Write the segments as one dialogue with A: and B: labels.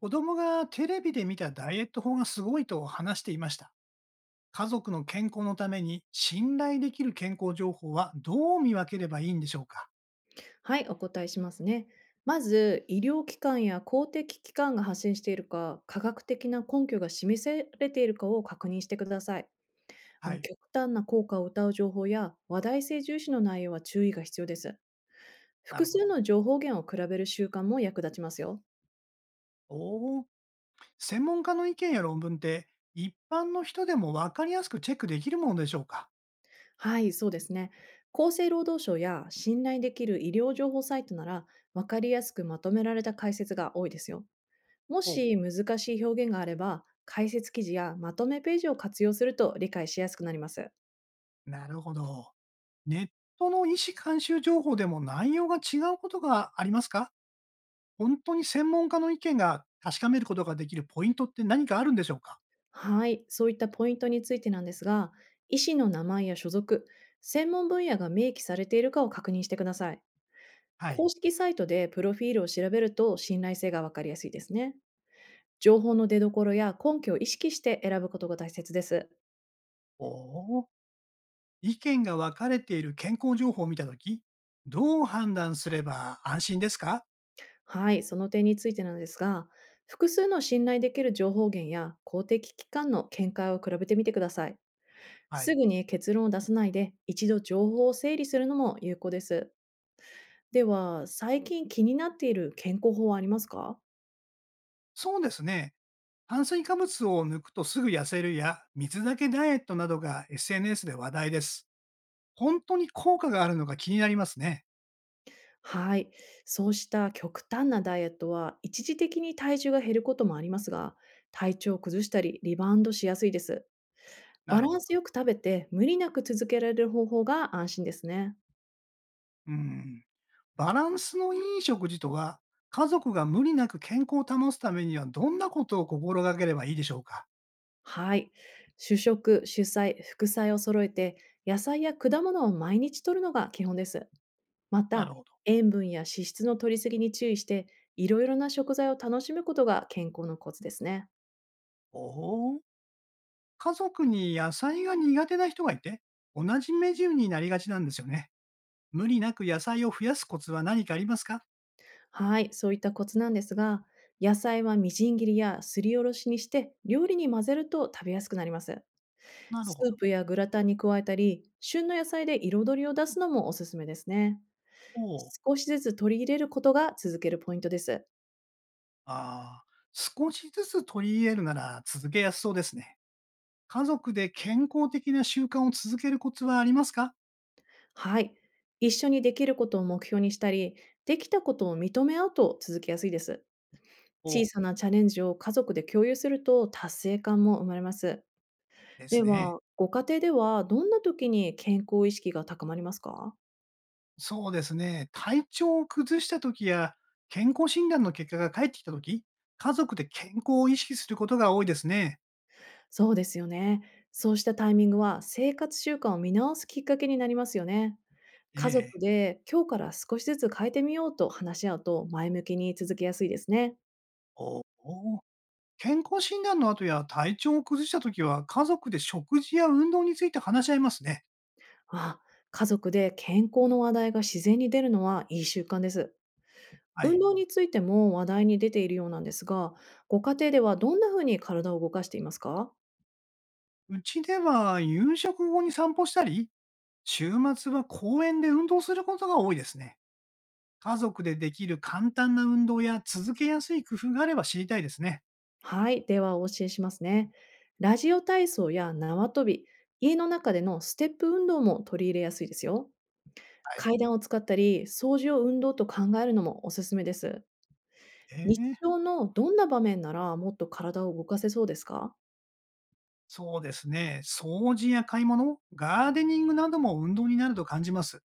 A: 子供がテレビで見たダイエット法がすごいと話していました。家族の健康のために信頼できる健康情報はどう見分ければいいんでしょうか。
B: はい、お答えしますね。まず、医療機関や公的機関が発信しているか、科学的な根拠が示されているかを確認してください。
A: はい。
B: 極端な効果を謳う情報や話題性重視の内容は注意が必要です。
A: な
B: 複
A: るほど。
B: 数の情報源を比べる習慣も役立ちますよ。
A: おお。専門家の意見や論文って一般の人でもわかりやすくチェックできるものでしょうか。
B: はい、そうですね。厚生労働省や信頼できる医療情報サイトなら、わかりやすくまとめられた解説が多いですよ。も
A: おう、
B: し難しい表現があれば、解説記事やまとめページを活用すると理解しやすくなります。
A: なるほど。ネットの医師監修情報でも内容が違うことがありますか。本当に専門家の意見が確かめることができるポイントって何かあるんでしょうか？
B: はい、そういったポイントについてなんですが、医師の名前や所属、専門分野が明記されているかを確認してください。
A: はい。
B: 公式サイトでプロフィールを調べると信頼性がわかりやすいですね。情報の出どころや根拠を意識して選ぶことが大切です。
A: おお、意見が分かれている健康情報を見たとき、どう判断すれば安心ですか？
B: はい、その点についてなんですが、複数の信頼できる情報源や公的機関の見解を比べてみてください。
A: は
B: す
A: い。
B: ぐに結論を出さないで、一度情報を整理するのも有効です。では、最近気になっている健康法はありますか？
A: そうですね。炭水化物を抜くとすぐ痩せるや、水だけダイエットなどが SNS で話題です。本当に効果があるのか気になりますね。
B: はい。そうした極端なダイエットは、一時的に体重が減ることもありますが、体調を崩したり、リバウンドしやすいです。
A: な
B: バ
A: るほ
B: ラン
A: ど。
B: スよく食べて、無理なく続けられる方法が安心ですね。
A: うん。バランスのいい食事とは、家族が無理なく健康を保つためにはどんなことを心がければいいでしょうか。
B: はい。主食、主菜、副菜を揃えて、野菜や果物を毎日摂るのが基本です。ま
A: な
B: た、
A: るほど。
B: 塩分や脂質の摂りすぎに注意して、いろいろな食材を楽しむことが健康のコツですね。
A: おお。家族に野菜が苦手な人がいて、同じメニューになりがちなんですよね。無理なく野菜を増やすコツは何かありますか。
B: はい、そういったコツなんですが、野菜はみじん切りやすりおろしにして料理に混ぜると食べやすくなります。
A: なる
B: ス
A: ほ
B: ー
A: ど。
B: プやグラタンに加えたり、旬の野菜で彩りを出すのもおすすめですね。
A: おお。
B: 少しずつ取り入れることが続けるポイントです。
A: ああ。少しずつ取り入れるなら続けやすそうですね。家族で健康的な習慣を続けるコツはありますか。
B: はい。一緒にできることを目標にしたり、できたことを認め合うと続けやすいです。
A: お
B: 小
A: お。
B: さなチャレンジを家族で共有すると達成感も生まれます。
A: です
B: で
A: ね。
B: は、ご家庭ではどんな時に健康意識が高まりますか？
A: そうですね。体調を崩した時や、健康診断の結果が返ってきた時、家族で健康を意識することが多いですね。
B: そうですよね。そうしたタイミングは生活習慣を見直すきっかけになりますよね。家
A: え
B: 族
A: え、
B: で今日から少しずつ変えてみようと話し合うと前向きに続けやすいですね。
A: おお、健康診断の後や体調を崩した時は、家族で食事や運動について話し合いますね。
B: あ、家族で健康の話題が自然に出るのはいい習慣です。
A: は
B: 運
A: い。
B: 動についても話題に出ているようなんですが、ご家庭ではどんな風に体を動かしていますか？
A: うちでは夕食後に散歩したり、週末は公園で運動することが多いですね。家族でできる簡単な運動や続けやすい工夫があれば知りたいですね。
B: はい、ではお教えしますね。ラジオ体操や縄跳び、家の中でのステップ運動も取り入れやすいですよ。
A: はい。
B: 階段を使ったり、掃除を運動と考えるのもおすすめです。日
A: ええ、
B: 常のどんな場面ならもっと体を動かせそうですか？
A: そうですね。掃除や買い物、ガーデニングなども運動になると感じます。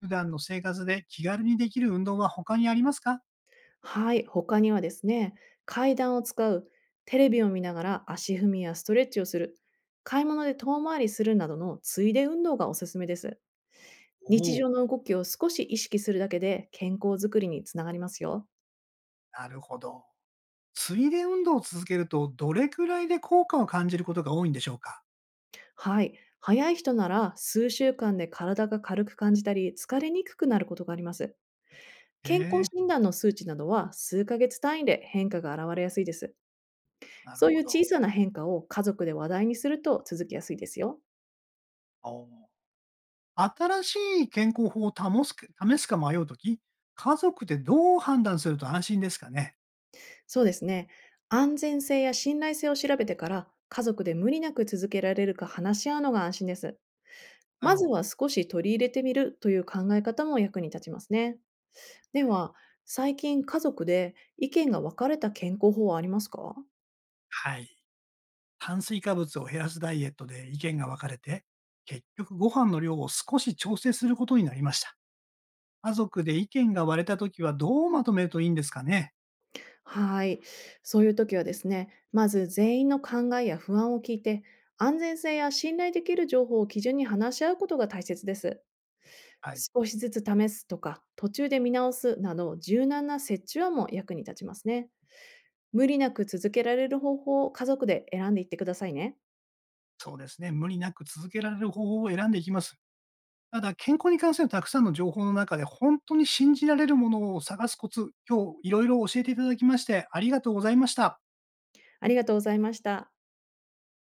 A: 普段の生活で気軽にできる運動は他にありますか。
B: はい、他にはですね、階段を使う、テレビを見ながら足踏みやストレッチをする、買い物で遠回りするなどのついで運動がおすすめです。
A: お
B: 日
A: おー、
B: 常の動きを少し意識するだけで健康づくりにつながりますよ。
A: なるほど。ついで運動を続けると、どれくらいで効果を感じることが多いんでしょうか。
B: はい、早い人なら数週間で体が軽く感じたり疲れにくくなることがあります。
A: え
B: 健康
A: え、
B: 診断の数値などは数ヶ月単位で変化が現れやすいです。
A: なる
B: そうい
A: ほ
B: う
A: ど。
B: 小さな変化を家族で話題にすると続きやすいですよ。
A: おー、新しい健康法を保すか試すか迷うとき、家族でどう判断すると安心ですかね。
B: そうですね。安全性や信頼性を調べてから、家族で無理なく続けられるか話し合うのが安心です。
A: な
B: ま
A: る
B: ず
A: ほど。
B: は少し取り入れてみるという考え方も役に立ちますね。で
A: はい。
B: は、最近家族で意見が分かれた健康法はありますか？
A: はい、炭水化物を減らすダイエットで意見が分かれて、結局ご飯の量を少し調整することになりました。家族で意見が割れた時はどうまとめるといいんですかね。
B: はい。そういう時はですね、まず全員の考えや不安を聞いて、安全性や信頼できる情報を基準に話し合うことが大切です。
A: はい。
B: 少しずつ試すとか、途中で見直すなど、柔軟な折衷案も役に立ちますね。無理なく続けられる方法を家族で選んでいってくださいね。
A: そうですね。無理なく続けられる方法を選んでいきます。ただ、健康に関するたくさんの情報の中で本当に信じられるものを探すコツ、今日いろいろ教えていただきましてありがとうございました。
B: ありがとうございました。